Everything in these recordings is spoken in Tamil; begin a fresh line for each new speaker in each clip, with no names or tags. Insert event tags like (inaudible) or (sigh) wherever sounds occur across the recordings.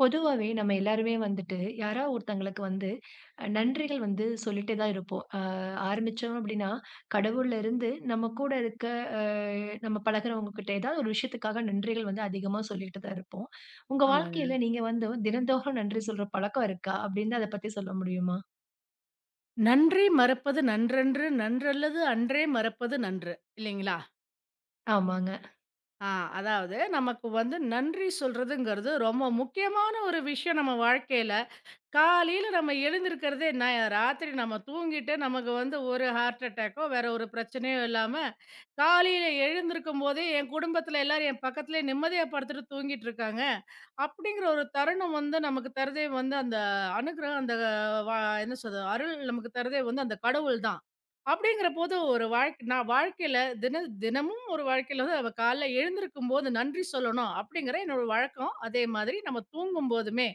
பொதுவாவே நம்ம எல்லாருமே வந்துட்டு, யாரா ஒருத்தங்களுக்கு வந்து நன்றிகள் வந்து சொல்லிட்டே தான் இருப்போம். ஆரம்பிச்சோம் அப்டின்னா, கடவுள்லருந்து நம்ம கூட இருக்க அ நம்ம பழகுறவங்ககிட்ட ஏதாவது ஒரு விஷயத்துக்காக நன்றிகள் வந்து அதிகமா சொல்லிட்டு தான் இருப்போம். உங்க
ஆமாங்க.
வாழ்க்கையில நீங்க வந்து தினந்தோறும் நன்றி சொல்ற பழக்கம் இருக்கா? அப்டின்னு அத பத்தி சொல்ல முடியுமா?
"நன்றி மறப்பது நன்றன்று, நன்றல்லது அன்றே மறப்பது நன்று" இல்லைங்களா?
ஆமாங்க.
ஆ அதாவது நமக்கு வந்து நன்றி சொல்றதுங்கிறது ரொம்ப முக்கியமான ஒரு விஷயம் நம்ம வாழ்க்கையில. காலையில நம்ம எழுந்திருக்கிறதே நான் ராத்திரி நம்ம தூங்கிட்டு நமக்கு வந்து ஒரு ஹார்ட் அட்டாக்கோ வேற ஒரு பிரச்சனையோ இல்லாம காலையில எழுந்திருக்கும் போதே என் குடும்பத்துல எல்லாரும் என் பக்கத்துலயே நிம்மதியா படுத்துட்டு தூங்கிட்டு இருக்காங்க. அப்படிங்கிற ஒரு தருணம் வந்து நமக்கு தருதே வந்து அந்த அனுகிரகம், அந்த என்ன சொல்றது, அருள் நமக்கு தருதே வந்து அந்த கடவுள் தான். அப்படிங்கிற போது ஒரு வாழ்க்கை, நான் வாழ்க்கையில தின தினமும் ஒரு வாழ்க்கையில வந்து அவ காலைல எழுந்திருக்கும் போது நன்றி சொல்லணும் அப்படிங்கிற என்னோட வழக்கம், அதே மாதிரி நம்ம தூங்கும் போதுமே.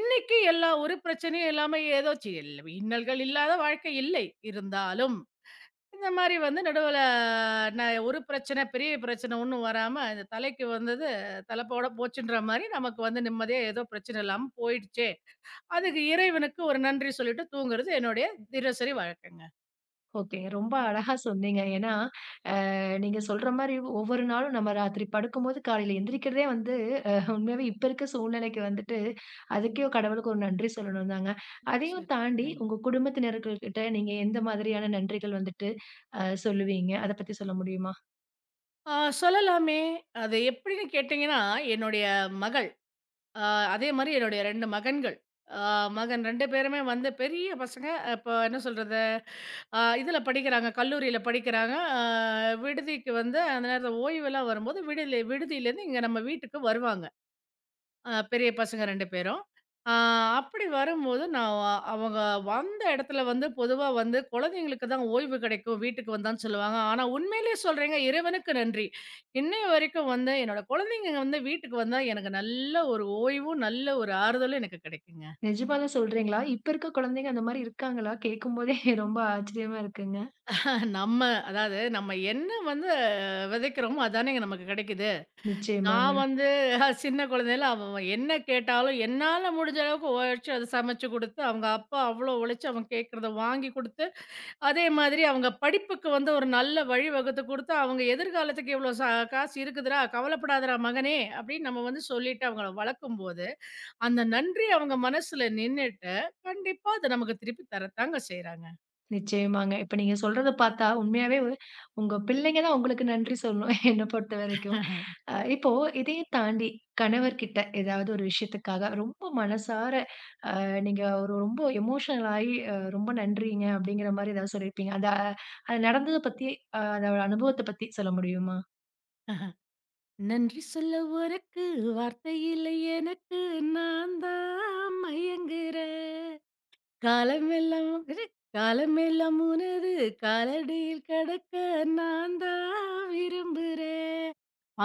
இன்னைக்கு எல்லா ஒரு பிரச்சனையும் இல்லாம ஏதோ இல்ல இன்னல்கள் இல்லாத வாழ்க்கை இல்லை. இருந்தாலும், இந்த மாரி வந்து நடுவுல ஒரு பிரச்சனை, பெரிய பிரச்சனை ஒண்ணும் வராம, இந்த தலைக்கு வந்தது தலைப்போட போச்சுன்ற மாரி நமக்கு வந்து நிம்மதியா ஏதோ பிரச்சனை இல்லாம போயிடுச்சே! அதுக்கு இறைவனுக்கு ஒரு நன்றி சொல்லிட்டு தூங்குறது என்னுடைய தினசரி வழக்கங்க.
ஓகேங்க. ரொம்ப அழகா சொன்னீங்க. ஏன்னா நீங்க சொல்ற மாரி ஒவ்வொரு நாளும் நம்ம ராத்திரி படுக்கும்போது காலையில எந்திரிக்கிறதே வந்து உண்மையாவே இப்ப இருக்க சூழ்நிலைக்கு வந்துட்டு, அதுக்கே கடவுளுக்கு ஒரு நன்றி சொல்லணும் தாங்க. அதையும்
சரி,
தாண்டி
சரிங்க.
உங்க குடும்பத்தினர்கள்கிட்ட நீங்க எந்த மாதிரியான நன்றிகள் வந்துட்டு சொல்லுவீங்க? அத பத்தி சொல்ல முடியுமா?
ஆ சொல்லலாமே! அது எப்படின்னு கேட்டீங்கன்னா, என்னுடைய மகள். ஆ, அதே மாரி என்னுடைய 2 மகன்கள். ஆ மகன் 2 பேருமே வந்து பெரிய பசங்க. இப்போ என்ன சொல்றது, இதில படிக்கிறாங்க, கல்லூரியில படிக்கிறாங்க. விடுதிக்கு வந்து அந்த நேரத்தில ஓய்வெல்லாம் வரும்போது விடுதியிலேருந்து இங்க நம்ம வீட்டுக்கு வருவாங்க. அ பெரிய பசங்க 2 பேரும். ஆ அப்படி வரும்போது நான் அவங்க வந்த இடத்துல வந்து பொதுவா வந்து குழந்தைங்களுக்கு தான் ஓய்வு கிடைக்கும், வீட்டுக்கு வந்தான்னு சொல்லுவாங்க. ஆனா உண்மையிலேயே சொல்றேங்க, இறைவனுக்கு நன்றி. இன்னைய வரைக்கும் வந்து என்னோட குழந்தைங்க வந்து வீட்டுக்கு வந்தா எனக்கு நல்ல ஒரு ஓய்வும், நல்ல ஒரு ஆறுதலும் எனக்கு கிடைக்குங்க.
நிஜமாவே சொல்றீங்களா? இப்ப இருக்க குழந்தைங்க அந்த மாரி இருக்காங்களா? கேட்கும்போதே (laughs) ரொம்ப ஆச்சரியமா இருக்குங்க.
நம்ம அதாவது நம்ம என்ன வந்து விதைக்கிறோமோ அதானேங்க நமக்கு கிடைக்குது.
நிச்சயமாங்க,
நான் வந்து (laughs) சின்ன குழந்தையில அவன் என்ன கேட்டாலும் என்னால முடிஞ்ச அளவுக்கு உழைச்சு அதை சமைச்சு குடுத்து, அவங்க அப்பா அவ்ளோ உழைச்சு அவன் கேட்கிறத வாங்கி குடுத்து, அதே மாதிரி அவங்க படிப்புக்கு வந்து ஒரு நல்ல வழி வகுத்து குடுத்து, அவங்க எதிர்காலத்துக்கு இவ்ளோ காசு இருக்குதுடா, கவலைப்படாதடா மகனே! அப்படின்னு நம்ம வந்து சொல்லிட்டு அவங்கள வளர்க்கும்போது, அந்த நன்றி அவங்க மனசுல நின்னுட்டு, கண்டிப்பா அத நமக்கு திருப்பி தரத்தாங்க செய்றாங்க.
நிச்சயமாங்க. இப்ப நீங்க சொல்றத பார்த்தா உண்மையாவே உங்க பிள்ளைங்க தான் உங்களுக்கு நன்றி சொல்லணும். (laughs) என்ன பொறுத்தவரைக்கும்.
(laughs)
இப்போ இதையும் தாண்டி கணவர்கிட்ட ஏதாவது ஒரு விஷயத்துக்காக ரொம்ப மனசார அ நீங்க ஒரு ரொம்ப எமோஷனல் ஆயி ரொம்ப நன்றிங்க அப்படிங்கிற மாரி ஏதாவது சொல்லியிருப்பீங்க. அத அது நடந்தத பத்தி அதோட அனுபவத்த பத்தி சொல்ல முடியுமா?
நன்றி சொல்ல உனக்கு வார்த்தை இல்லை எனக்கு, நான் தான் மயங்குறேன். காலமெல்லாம் இரு, காலமெல்லாம் உனது காலடியில் கடக்க நான் தான் விரும்புறேன்.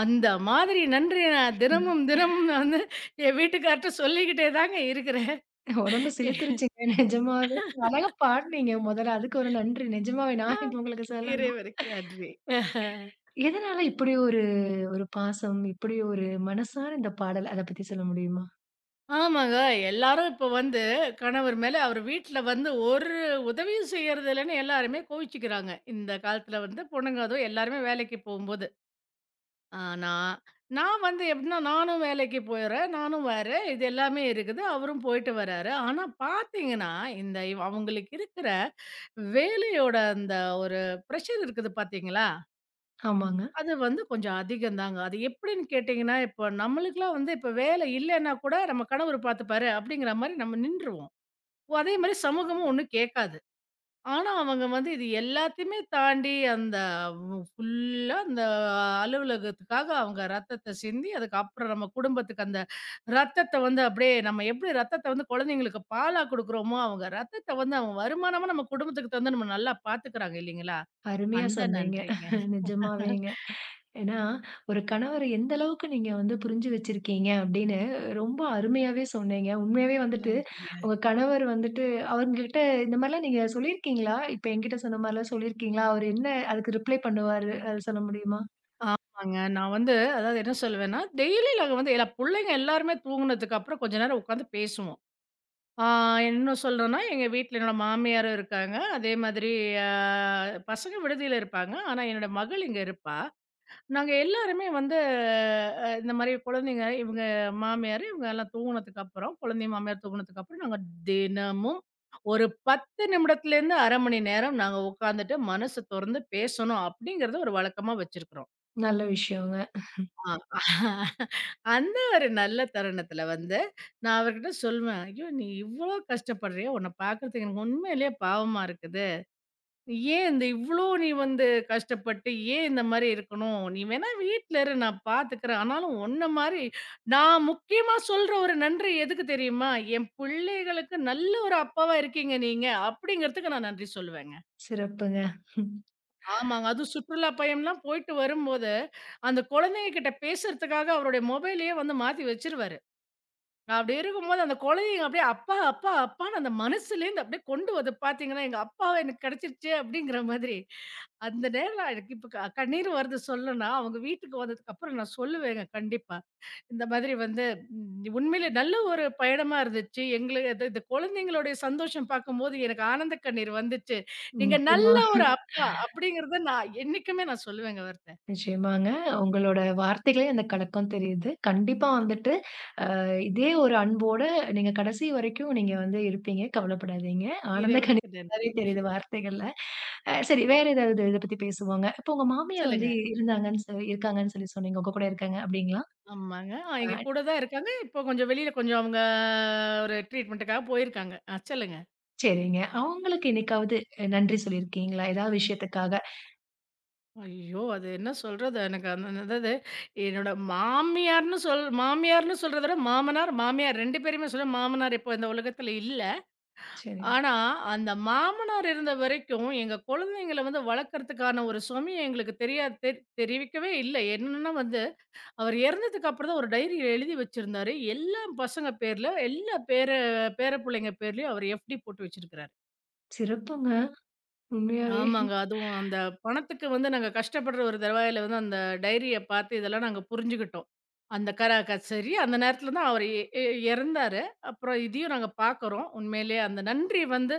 அந்த மாதிரி நன்றி நான்
ம்.
தினமும் தினமும் நான் வந்து என் வீட்டுக்கார்ட்ட சொல்லிக்கிட்டே தாங்க இருக்கிறேன்.
உடம்பு சிலிர்த்துருச்சுங்க நிஜமாவே. அழகா பாடுனீங்க முதல்ல. அதுக்கு ஒரு நன்றி. நிஜமாவே
ஆ,
நான் இப்ப உங்களுக்கு சொல்லணும்.
இறைவருக்கு நன்றி. (laughs)
எதனால இப்படி ஒரு ஒரு பாசம், இப்படி ஒரு மனசார இந்த பாடல் அத பத்தி சொல்ல முடியுமா?
ஆமாங்க. எல்லாரும் இப்ப வந்து கணவர் மேல, அவர் வீட்ல வந்து ஒரு உதவியும் செய்யறது இல்லைன்னு எல்லாருமே கோவிச்சுக்கிறாங்க இந்த காலத்துல, வந்து பொண்ணுங்க அதுவும் எல்லாருமே வேலைக்கு போகும்போது. ஆ நான் நான் வந்து எப்படின்னா, நானும் வேலைக்கு போயிறேன். நானும் வரேன். இது எல்லாமே இருக்குது. அவரும் போயிட்டு வராரு. ஆனா பார்த்தீங்கன்னா, இந்த அவங்களுக்கு இருக்கிற வேலையோட அந்த ஒரு பிரஷர் இருக்குது பார்த்தீங்களா?
ஆமாங்க.
அது வந்து கொஞ்சம் அதிகம் தாங்க. அது எப்படின்னு கேட்டீங்கன்னா, இப்ப நம்மளுக்கெல்லாம் வந்து இப்ப வேலை இல்லன்னா கூட, நம்ம கணவர் பார்த்துப்பாரு அப்படிங்கிற மாரி நம்ம நின்றுவோம். அதே மாரி சமூகமும் ஒண்ணும் கேட்காது. ஆனா, அவங்க வந்து இது எல்லாத்தையுமே தாண்டி அந்த ஃபுல்லா அந்த அலுவலகத்துக்காக அவங்க ரத்தத்த சிந்தி, அதுக்கப்புறம் நம்ம குடும்பத்துக்கு அந்த ரத்தத்த வந்து அப்படியே நம்ம எப்படி ரத்தத்த வந்து குழந்தைங்களுக்கு பாலா குடுக்குறோமோ, அவங்க ரத்தத்த வந்து அவங்க வருமானமா நம்ம குடும்பத்துக்கு தந்து நம்ம நல்லா பாத்துக்கிறாங்க இல்லைங்களா?
அருமையா
அந்த
சொன்னீங்க.
நன்றிங்க.
நிஜமாவேங்க. ஏன்னா, ஒரு கணவர எந்த அளவுக்கு நீங்க வந்து புரிஞ்சு வச்சிருக்கீங்க அப்படின்னு ரொம்ப அருமையாவே சொன்னீங்க. உண்மையாவே வந்துட்டு,
நன்றிங்க.
உங்க கணவர் வந்துட்டு அவங்ககிட்ட இந்த மாரிலாம் நீங்க சொல்லியிருக்கீங்களா? இப்ப என்கிட்ட சொன்ன மாரிலாம் சொல்லியிருக்கீங்களா? அவரு என்ன அதுக்கு ரிப்ளை பண்ணுவாரு? அத சொல்ல முடியுமா?
ஆமாங்க. நான் வந்து அதாவது என்ன சொல்லுவேன்னா, டெய்லி நாங்க வந்து எல்லா புள்ளைங்க எல்லாருமே தூங்குனதுக்கு அப்புறம் கொஞ்ச நேரம் உட்காந்து பேசுவோம். ஆ இன்னும் சொல்லணும்னா, எங்க வீட்ல என்னோட மாமியாரும் இருக்காங்க. அதே மாதிரி அ பசங்க விடுதியில இருப்பாங்க. ஆனா, என்னோட மகள் இங்க இருப்பா. நாங்க எல்லாருமே வந்து இந்த மாரி குழந்தை மாமியார் தூங்குனதுக்கப்புறம் நாங்க தினமும் ஒரு 10 நிமிடத்துலேருந்து 1/2 மணி நேரம் நாங்க உட்காந்துட்டு மனசு தொறந்து பேசணும், அப்படிங்கிறத ஒரு வழக்கமா வச்சிருக்கிறோம்.
நல்ல விஷயங்க.
ஆ. அந்த ஒரு நல்ல தருணத்துல வந்து, நான் அவர்கிட்ட சொல்வேன், "ஐயோ! நீ இவ்ளோ கஷ்டப்படுறியே! உன்ன பார்க்குறதுக்கு எனக்கு உண்மையிலேயே பாவமா இருக்குது. ஏன் இந்த இவ்ளோ நீ வந்து கஷ்டப்பட்டு, ஏன் இந்த மாரி இருக்கணும்? நீ வேணா வீட்ல இரு, நான் பார்த்துக்கிறேன். ஆனாலும் உன்ன மாரி நான் முக்கியமா சொல்ற ஒரு நன்றி எதுக்கு தெரியுமா? என் பிள்ளைகளுக்கு நல்ல ஒரு அப்பாவா இருக்கீங்க நீங்க." அப்படிங்கிறதுக்கு நான் நன்றி சொல்லுவேங்க.
சிறப்புங்க.
ஆமாங்க. அதுவும் சுற்றுலா பயம்லாம் போயிட்டு வரும்போது, அந்த குழந்தைங்க கிட்ட பேசுறதுக்காக அவருடைய மொபைலயே வந்து மாத்தி வச்சுருவாரு. அப்படி இருக்கும்போது அந்த குழந்தைங்க அப்படியே அப்பா, அப்பா, அப்பான்னு அந்த மனசுலேருந்து அப்படியே கொண்டு வந்து பார்த்தீங்கன்னா, எங்க அப்பாவ எனக்கு கிடைச்சிருச்சு அப்படிங்கிற மாதிரி. அந்த நேரம் எனக்கு இப்ப கண்ணீர் வருது சொல்லணும்னா, அவங்க வீட்டுக்கு வந்ததுக்கப்புறம் நான் சொல்லுவேங்க கண்டிப்பா. இந்த மாதிரி வந்து உண்மையிலே நல்ல ஒரு பயணமா இருந்துச்சு. எங்களு இது இந்த குழந்தைங்களுடைய சந்தோஷம் பார்க்கும்போது எனக்கு ஆனந்த கண்ணீர் வந்துச்சு. நீங்க
நிச்சயமா,
நல்ல ஒரு அப்பா அப்படிங்கிறத நான் என்னைக்குமே நான் சொல்லுவேங்க அவர்ட்ட.
நிச்சயமாங்க. உங்களோட வார்த்தைகளே அந்த கலக்கம் தெரியுது. கண்டிப்பா வந்துட்டு இதே ஒரு அன்போட நீங்க கடைசி வரைக்கும் நீங்க வந்து இருப்பீங்க. கவலைப்படாதீங்க. ஆனந்த கண்ணீர்
இறைவனுக்கு
மாரி
நன்றி.
தெரியுது வார்த்தைகள்ல. சரி வேற ஏதாவது இத பத்தி பேசுவோங்க. இப்போ உங்க மாமியார் வந்து
சொல்லுங்க.
இருந்தாங்கன்னு சொ இருக்காங்கன்னு சொல்லி சொன்னீங்க. உங்க கூட இருக்காங்க அப்டிங்களா?
ஆமாங்க.
ஆ
எங்க கூட தான் இருக்காங்க. இப்போ கொஞ்சம் வெளியில கொஞ்சம் அவங்க ஒரு ட்ரீட்மெண்ட்டுக்காக போயிருக்காங்க. சொல்லுங்க.
சரிங்க. அவங்களுக்கு என்னைக்காவது நன்றி சொல்லியிருக்கீங்களா? ஏதாவது விஷயத்துக்காக?
ஐயோ! அது என்ன சொல்றது? எனக்கு அந்த அதாவது என்னோட மாமியார்ன்னு சொல் மாமியார்ன்னு சொல்றத விட மாமனார், மாமியார் 2 பேருமே சொல்ல மாமனார் இப்போ இந்த உலகத்துல இல்ல.
சரி.
ஆனா, அந்த மாமனார் இருந்த வரைக்கும் எங்க குழந்தைங்கள வந்து வளர்க்கறதுக்கான ஒரு சுமையும் எங்களுக்கு தெரியாது, தெரிவிக்கவே இல்ல. என்னன்னா வந்து அவர் இறந்ததுக்கு அப்புறம் தான் ஒரு டைரி எழுதி வச்சிருந்தாரு. எல்லா பசங்க பேர்ல, எல்லா பேர பேர பிள்ளைங்க பேர்லயும் அவர் எஃப்டி போட்டு வச்சிருக்கிறாரு.
சிறப்புங்க. உண்மையாவே.
ஆமாங்க. அதுவும் அந்த பணத்துக்கு வந்து நாங்க கஷ்டப்படுற ஒரு தருவாயில வந்து அந்த டைரிய பார்த்து இதெல்லாம் நாங்க புரிஞ்சுகிட்டோம். அந்த கரா க சரி, அந்த நேரத்துல தான் அவர் எ எ இறந்தாரு. அப்புறம் இதையும் நாங்க பார்க்குறோம். உண்மையிலேயே அந்த நன்றி வந்து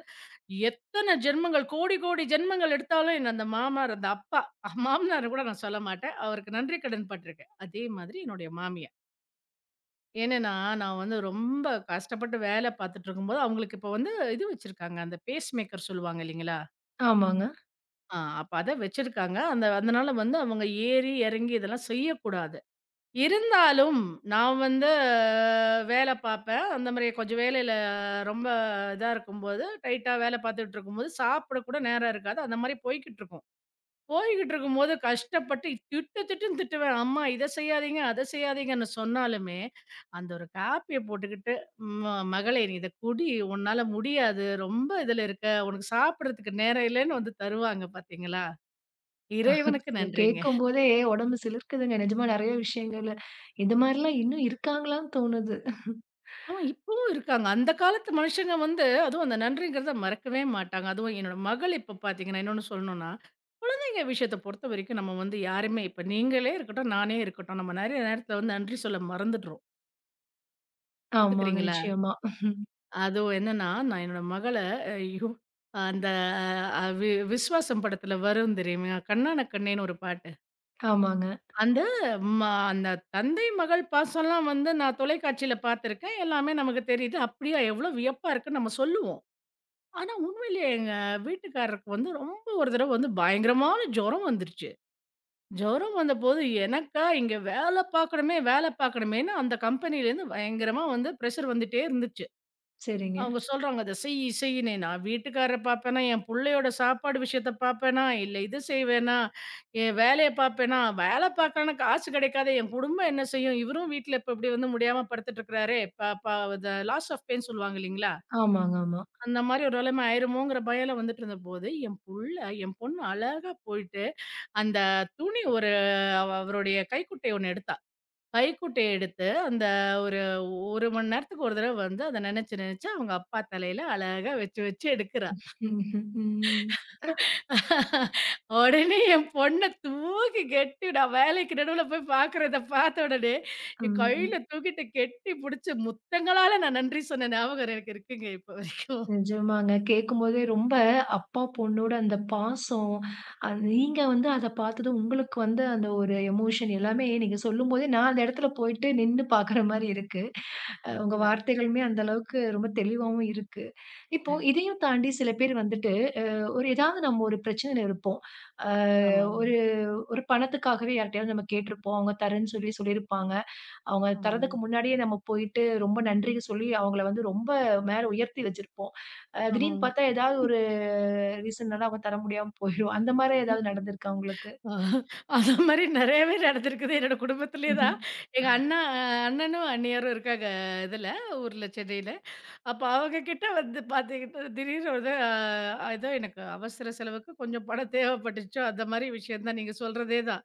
எத்தன ஜென்மங்கள், கோடி கோடி ஜென்மங்கள் எடுத்தாலும் என்ன அந்த மாமனார், அந்த அப்பா மாமனார கூட நான் சொல்ல மாட்டேன். அவருக்கு நன்றி கடன் பட்டிருக்கேன். அதே மாதிரி என்னுடைய மாமியார். ஏன்னன்னா, நான் வந்து ரொம்ப கஷ்டப்பட்டு வேலை பார்த்துட்டு இருக்கும்போது, அவங்களுக்கு இப்போ வந்து இது வச்சிருக்காங்க. அந்த பேஸ் மேக்கர் சொல்லுவாங்க இல்லைங்களா?
ஆமாங்க.
அப்ப அத வச்சிருக்காங்க. அந்த அதனால வந்து அவங்க ஏறி, இறங்கி இதெல்லாம் செய்யக்கூடாது. இருந்தாலும் நான் வந்து வேல பார்ப்பேன். அந்த மாரி கொஞ்சம் வேலையில ரொம்ப இதா இருக்கும்போது, டைட்டா வேல பார்த்துட்டு இருக்கும்போது, சாப்பிட கூட நேரம் இருக்காது. அந்த மாரி போய்க்கிட்டு இருக்கும். போய்கிட்டு இருக்கும்போது கஷ்டப்பட்டு திட்டு திட்டுன்னு திட்டுவேன். அம்மா இத செய்யாதீங்க, அத செய்யாதீங்கன்னு சொன்னாலுமே, அந்த ஒரு காப்பிய போட்டுக்கிட்டு, மகளே நீ இத குடி, உன்னால முடியாது. ரொம்ப இதுல இருக்க. உனக்கு சாப்பிடுறதுக்கு நேரம் இல்லன்னு" வந்து தருவாங்க பாத்தீங்களா? இறைவனுக்கு நன்றிங்க.
கேட்கும்போதே உடம்பு சிலிர்க்குதுங்க. நிஜமா நெறைய விஷயங்கள்ல. இந்த மாரிலாம் இன்னும் இருக்காங்களான்னு தோணுது.
ஆமா இப்பவும் இருக்காங்க. அந்த காலத்து மனுஷங்க வந்து அதுவும் அந்த நன்றிங்கிறத மறக்கவே மாட்டாங்க. அதுவும் என்னோட மகள் இப்ப பாத்தீங்கன்னா, இன்னொன்னு சொல்லணும்னா, குழந்தைங்க விஷயத்த பொறுத்தவரைக்கும் நம்ம வந்து யாருமே, இப்ப நீங்களே இருக்கட்டும், நானே இருக்கட்டும், நம்ம நெறைய நேரத்துல வந்து நன்றி சொல்ல மறந்துடுறோம்.
ஆமாங்க.
ஒத்துக்கிறீங்களா?
நிச்சயமா.
அதுவும் என்னன்னா, நான் என்னோட மகள, ஐயோ! அந்த அ வி விஸ்வாசம் படத்துல வரும் தெரியுமா? கண்ணான கண்ணேன்னு ஒரு பாட்டு.
ஆமாங்க.
அந்த ம அந்த தந்தை மகள் பாசம்லாம் வந்து நான் தொலைக்காட்சியில பார்த்துருக்கேன். எல்லாமே நமக்கு தெரியுது. அப்படியா எவ்வளோ வியப்பா இருக்குன்னு நம்ம சொல்லுவோம். ஆனா உண்மையிலேயே எங்க வீட்டுக்காரருக்கு வந்து ரொம்ப ஒரு தடவ வந்து பயங்கரமான ஜுரம் வந்துருச்சு. ஜுரம் வந்தபோது எனக்கா இங்க வேல பார்க்கணுமே, வேல பார்க்கணுமேன்னு அந்த கம்பெனிலேருந்து பயங்கரமா வந்து ப்ரெஷர் வந்துட்டே இருந்துச்சு.
சரிங்க.
அவங்க சொல்றாங்க, "அத செய் செய்யின்னு." நான் வீட்டுக்காரர பாப்பேனா, என் புள்ளையோட சாப்பாடு விஷயத்த பாப்பேனா, இல்ல இது செய்வேனா, என் வேலைய பாப்பேனா, வேல பாக்கலன்னா காசு கெடைக்காதே, என் குடும்பம் என்ன செய்யும்? இவரும் வீட்ல இப்ப இப்படி வந்து முடியாம படுத்துட்டுருக்கிறாரே, ப ப த லாஸ் ஆஃப் பெயின் சொல்லுவாங்க இல்லைங்களா?
ஆமாங்க, ஆமா.
அந்த மாரி ஒரு நிலைமை ஆயிருமோங்கிற பயம்ல வந்துட்டுருந்தபோது, என் பொண்ணு அழகா போயிட்டு, அந்த துணி ஒரு அவ அவருடைய கைக்குட்டை ஒண்ணு எடுத்தா. கைக்குட்டைய எடுத்து, அந்த ஒரு 1 மணி நேரத்துக்கு ஒரு தடவ வந்து அத நெனச்சு நெனச்சு அவங்க அப்பா தலையில அழகா வச்சு வச்சு எடுக்கிறா.
ம்ஹ்ம். ம்.
உடனே என் பொண்ண தூக்கி கெட்டி, நான் வேலைக்கு நடுவுல போய் பார்க்குறத பார்த்த உடனே, என்
ம்.
கையில தூக்கிட்டு கெட்டி புடிச்சு முத்தங்களால நான் நன்றி சொன்ன ஞாபகம் எனக்கு இருக்குங்க இப்ப வரைக்கும்.
நிஜமாங்க. கேட்கும்போதே ரொம்ப அப்பா, பொண்ணோட அந்த பாசம், அது நீங்க வந்து அத பார்த்ததும் உங்களுக்கு வந்து அந்த ஒரு எமோஷன் எல்லாமே நீங்க சொல்லும்போதே நான் அந்த இடத்துல போயிட்டு நின்னு பார்க்குற மாரி இருக்கு. உங்க
இல்லைங்களா?
வார்த்தைகளுமே அந்த அளவுக்கு ரொம்ப தெளிவாவும் இருக்கு. இப்போ இதையும் தாண்டி சில பேர் வந்துட்டு ஒரு ஏதாவது நம்ம ஒரு பிரச்சனையில இருப்போம். அ
ஆமாங்க.
ஒரு ஒரு பணத்துக்காகவே யார்ட்டயாவது நம்ம கேட்டிருப்போம். அவங்க தரேன்னு சொல்லி சொல்லியிருப்பாங்க. அவங்க
ஆமாங்க.
தர்றதுக்கு முன்னாடியே நம்ம போயிட்டு ரொம்ப நன்றின்னு சொல்லி அவங்கள வந்து ரொம்ப மேல உயர்த்தி வச்சிருப்போம். திடீர்னு
ஆமாங்க.
பார்த்தா ஏதாவது ஒரு ரீசன்னால அவங்க தர முடியாம போயிரும். அந்த மாரி ஏதாவது நடந்திருக்கா உங்களுக்கு?
ஆஹ் அந்த மாரி நெறையவே நடந்திருக்குது. என்னோட
(laughs)
குடும்பத்திலேயே
ம்ஹ்ம்.
தான். எங்க அண்ணா அண்ணனும், அண்ணியாரும் இருக்காங்க இதுல, ஊர்ல சென்னையில. அப்ப அவங்க கிட்ட வந்து பாத்துக்கிட்டு திடீர்னு வந்து ஏதோ எனக்கு அவசர செலவுக்கு கொஞ்சம் பணம் தேவைப்பட்டுச்சோ, அந்த மாரி விஷயம் தான். நீங்க சொல்றதே தான்.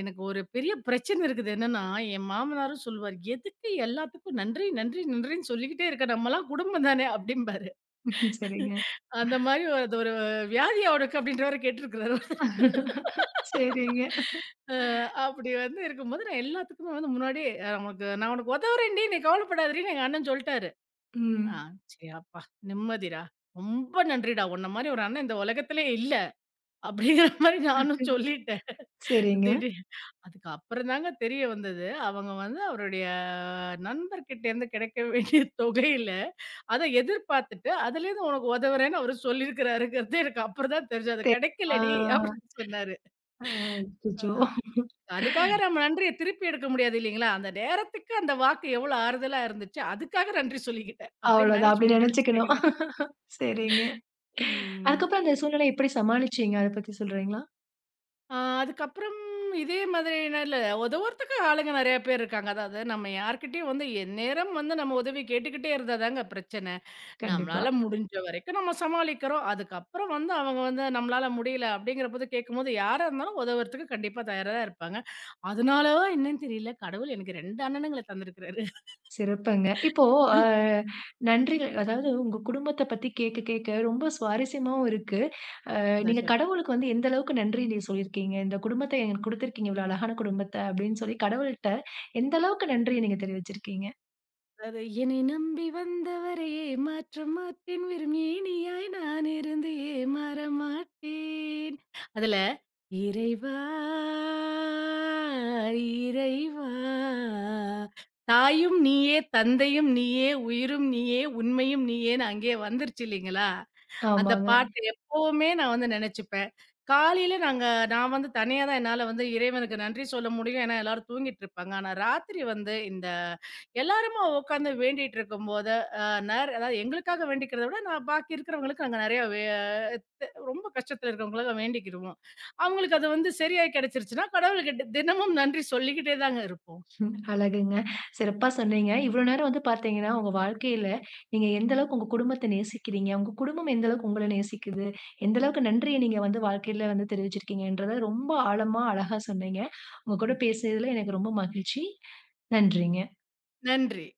எனக்கு ஒரு பெரிய பிரச்சனை இருக்குது. என்னன்னா, என் மாமனாரும் சொல்லுவாரு, "எதுக்கு எல்லாத்துக்கும் நன்றி, நன்றி, நன்றின்னு சொல்லிக்கிட்டே இருக்க? நம்மலாம் குடும்பம் தானே" அப்படிம்பாரு.
ம்ஹ்ம். சரிங்க.
அந்த மாரி அது ஒரு வியாதியா உனக்கு அப்படின்ற மாரி கேட்டுருக்கிறாரு.
சரிங்க.
அ அப்படி வந்து இருக்கும்போது, நான் எல்லாத்துக்குமே வந்து முன்னாடியே உனக்கு உதவுறேன்டி, நீ கவலைப்படாதடி" எங்க அண்ணன் சொல்ட்டாரு.
ம்.
ஆ, சரி அப்பா! நிம்மதிடா. ரொம்ப நன்றிடா. உன்ன மாரி ஒரு அண்ணன் இந்த உலகத்திலே இல்ல. அப்படிங்கிற மாரி நானும் சொல்லிட்டேன்.
சரிங்க.
திடீர் அதுக்கு அப்புறம் தாங்க தெரிய வந்தது. அவங்க வந்து அவருடைய நண்பர்கிட்டேருந்து கிடைக்க வேண்டிய தொகையில, அத எதிர்பார்த்துட்டு, அதுலேருந்து உனக்கு உதவுறேன்னு அவரு சொல்லியிருக்கிறாருங்கிறது எனக்கு அப்புறம் தான் தெரிஞ்சது.
தெ
"அது
ஆ
கிடைக்கலடி" அப்படின்னு சொன்னாரு.
அ
ஆ.
அச்சச்சோ!
அதுக்காக நம்ம நன்றிய திருப்பி எடுக்க முடியாது இல்லைங்களா? அந்த நேரத்துக்கு அந்த வாக்கு எவ்வளோ ஆறுதலா இருந்துச்சு, அதுக்காக நன்றி சொல்லிக்கிட்டேன். அப்படியே
அவ்வளோதான்
மேனேஜ்
அப்படி
பண்ணிட்டேன்னு
நெனச்சுக்கணும்.
வச்சுக்கங்களேன்.
சரிங்க.
ம்.
அதுக்கப்புறம் அந்த சூழ்நிலைய எப்படி சமாளிச்சீங்க? அத பத்தி சொல்றீங்களா?
அதுக்கப்புறம் இதே மாதிரி நான் இல்ல உதவுறதுக்கு ஆளுங்க நெறையா பேர் இருக்காங்க. அதாவது நம்ம யார்கிட்டயும் வந்து எந்நேரம் வந்து நம்ம உதவி கேட்டுக்கிட்டே இருந்தா தாங்க பிரச்சனை.
கண்டிப்பா.
நம்மளால முடிஞ்ச வரைக்கும் நம்ம சமாளிக்கிறோம். அதுக்கப்புறம் வந்து அவங்க வந்து நம்மளால முடியல அப்படிங்கிறபோது கேட்கும்போது, யாரா இருந்தாலும் உதவுறதுக்கு கண்டிப்பா தயாரா தான் இருப்பாங்க. அதனாலவா என்னன்னு தெரியல, கடவுள் எனக்கு 2 அண்ணனுங்கள தந்திருக்கிறாரு.
சிறப்புங்க. இப்போ அ நன்றிகள் அதாவது உங்க குடும்பத்த பத்தி கேட்க, கேட்க ரொம்ப சுவாரஸ்யமாவும் இருக்கு. நீங்க கடவுளுக்கு வந்து எந்த அளவுக்கு நன்றி நீ சொல்லியிருக்கீங்க? இந்த குடும்பத்த எனக்கு குடுத்திருக்கீங்க, இவ்வளோ அழகான குடும்பத்த அப்படின்னு சொல்லி கடவுள்ட்ட எந்த அளவுக்கு நன்றிய நீங்க தெரிவிச்சிருக்கீங்க?
அது என்னை நம்பி வந்தவரே ஏமாற்றம் மாட்டேன், வெறும் ஏணியாய் நான் இருந்து ஏமாற மாட்டேன் அதுல. இறைவா, இறைவா, தாயும் நீயே, தந்தையும் நீயே, உயிரும் நீயே, உண்மையும் நீயேன்னு அங்கே வந்துருச்சு இல்லைங்களா. அந்த
ஆமாங்க.
பாட்டு எப்பவுமே நான் வந்து நெனச்சுப்பேன். காலையில நாங்க நான் வந்து தனியா தான் என்னால வந்து இறைவனுக்கு நன்றி சொல்ல முடியும். ஏன்னா, எல்லாரும் தூங்கிட்டு இருப்பாங்க. ஆனா, ராத்திரி வந்து இந்த எல்லாருமா உட்காந்து வேண்டிட்டு இருக்கும்போது, அ நேர அதாவது எங்களுக்காக வேண்டிக்கிறத விட, நான் பாக்கி இருக்கிறவங்களுக்கு நாங்க நெறைய வே த் ரொம்ப கஷ்டத்துல இருக்கிறவங்களுக்காக வேண்டிக்கிருவோம். அவங்களுக்கு அது வந்து சரியா கெடைச்சிருச்சுன்னா, கடவுளுக்கு தினமும் நன்றி சொல்லிக்கிட்டே தாங்க இருப்போம்.
ம் அழகுங்க. சிறப்பா சொன்னீங்க. இவ்வளோ நேரம் வந்து பார்த்தீங்கன்னா, உங்க வாழ்க்கையில நீங்க எந்த அளவுக்கு உங்க குடும்பத்த நேசிக்கிறீங்க, உங்க குடும்பம் எந்த அளவுக்கு உங்கள நேசிக்குது, எந்த அளவுக்கு நன்றிய நீங்க வந்து வாழ்க்கையில வந்து தெரிவிச்சிருக்கீங்கன்றத ரொம்ப ஆழமா, அழகா சொன்னீங்க. உங்க கூட பேசியதுல எனக்கு ரொம்ப மகிழ்ச்சி. நன்றிங்க.
நன்றி.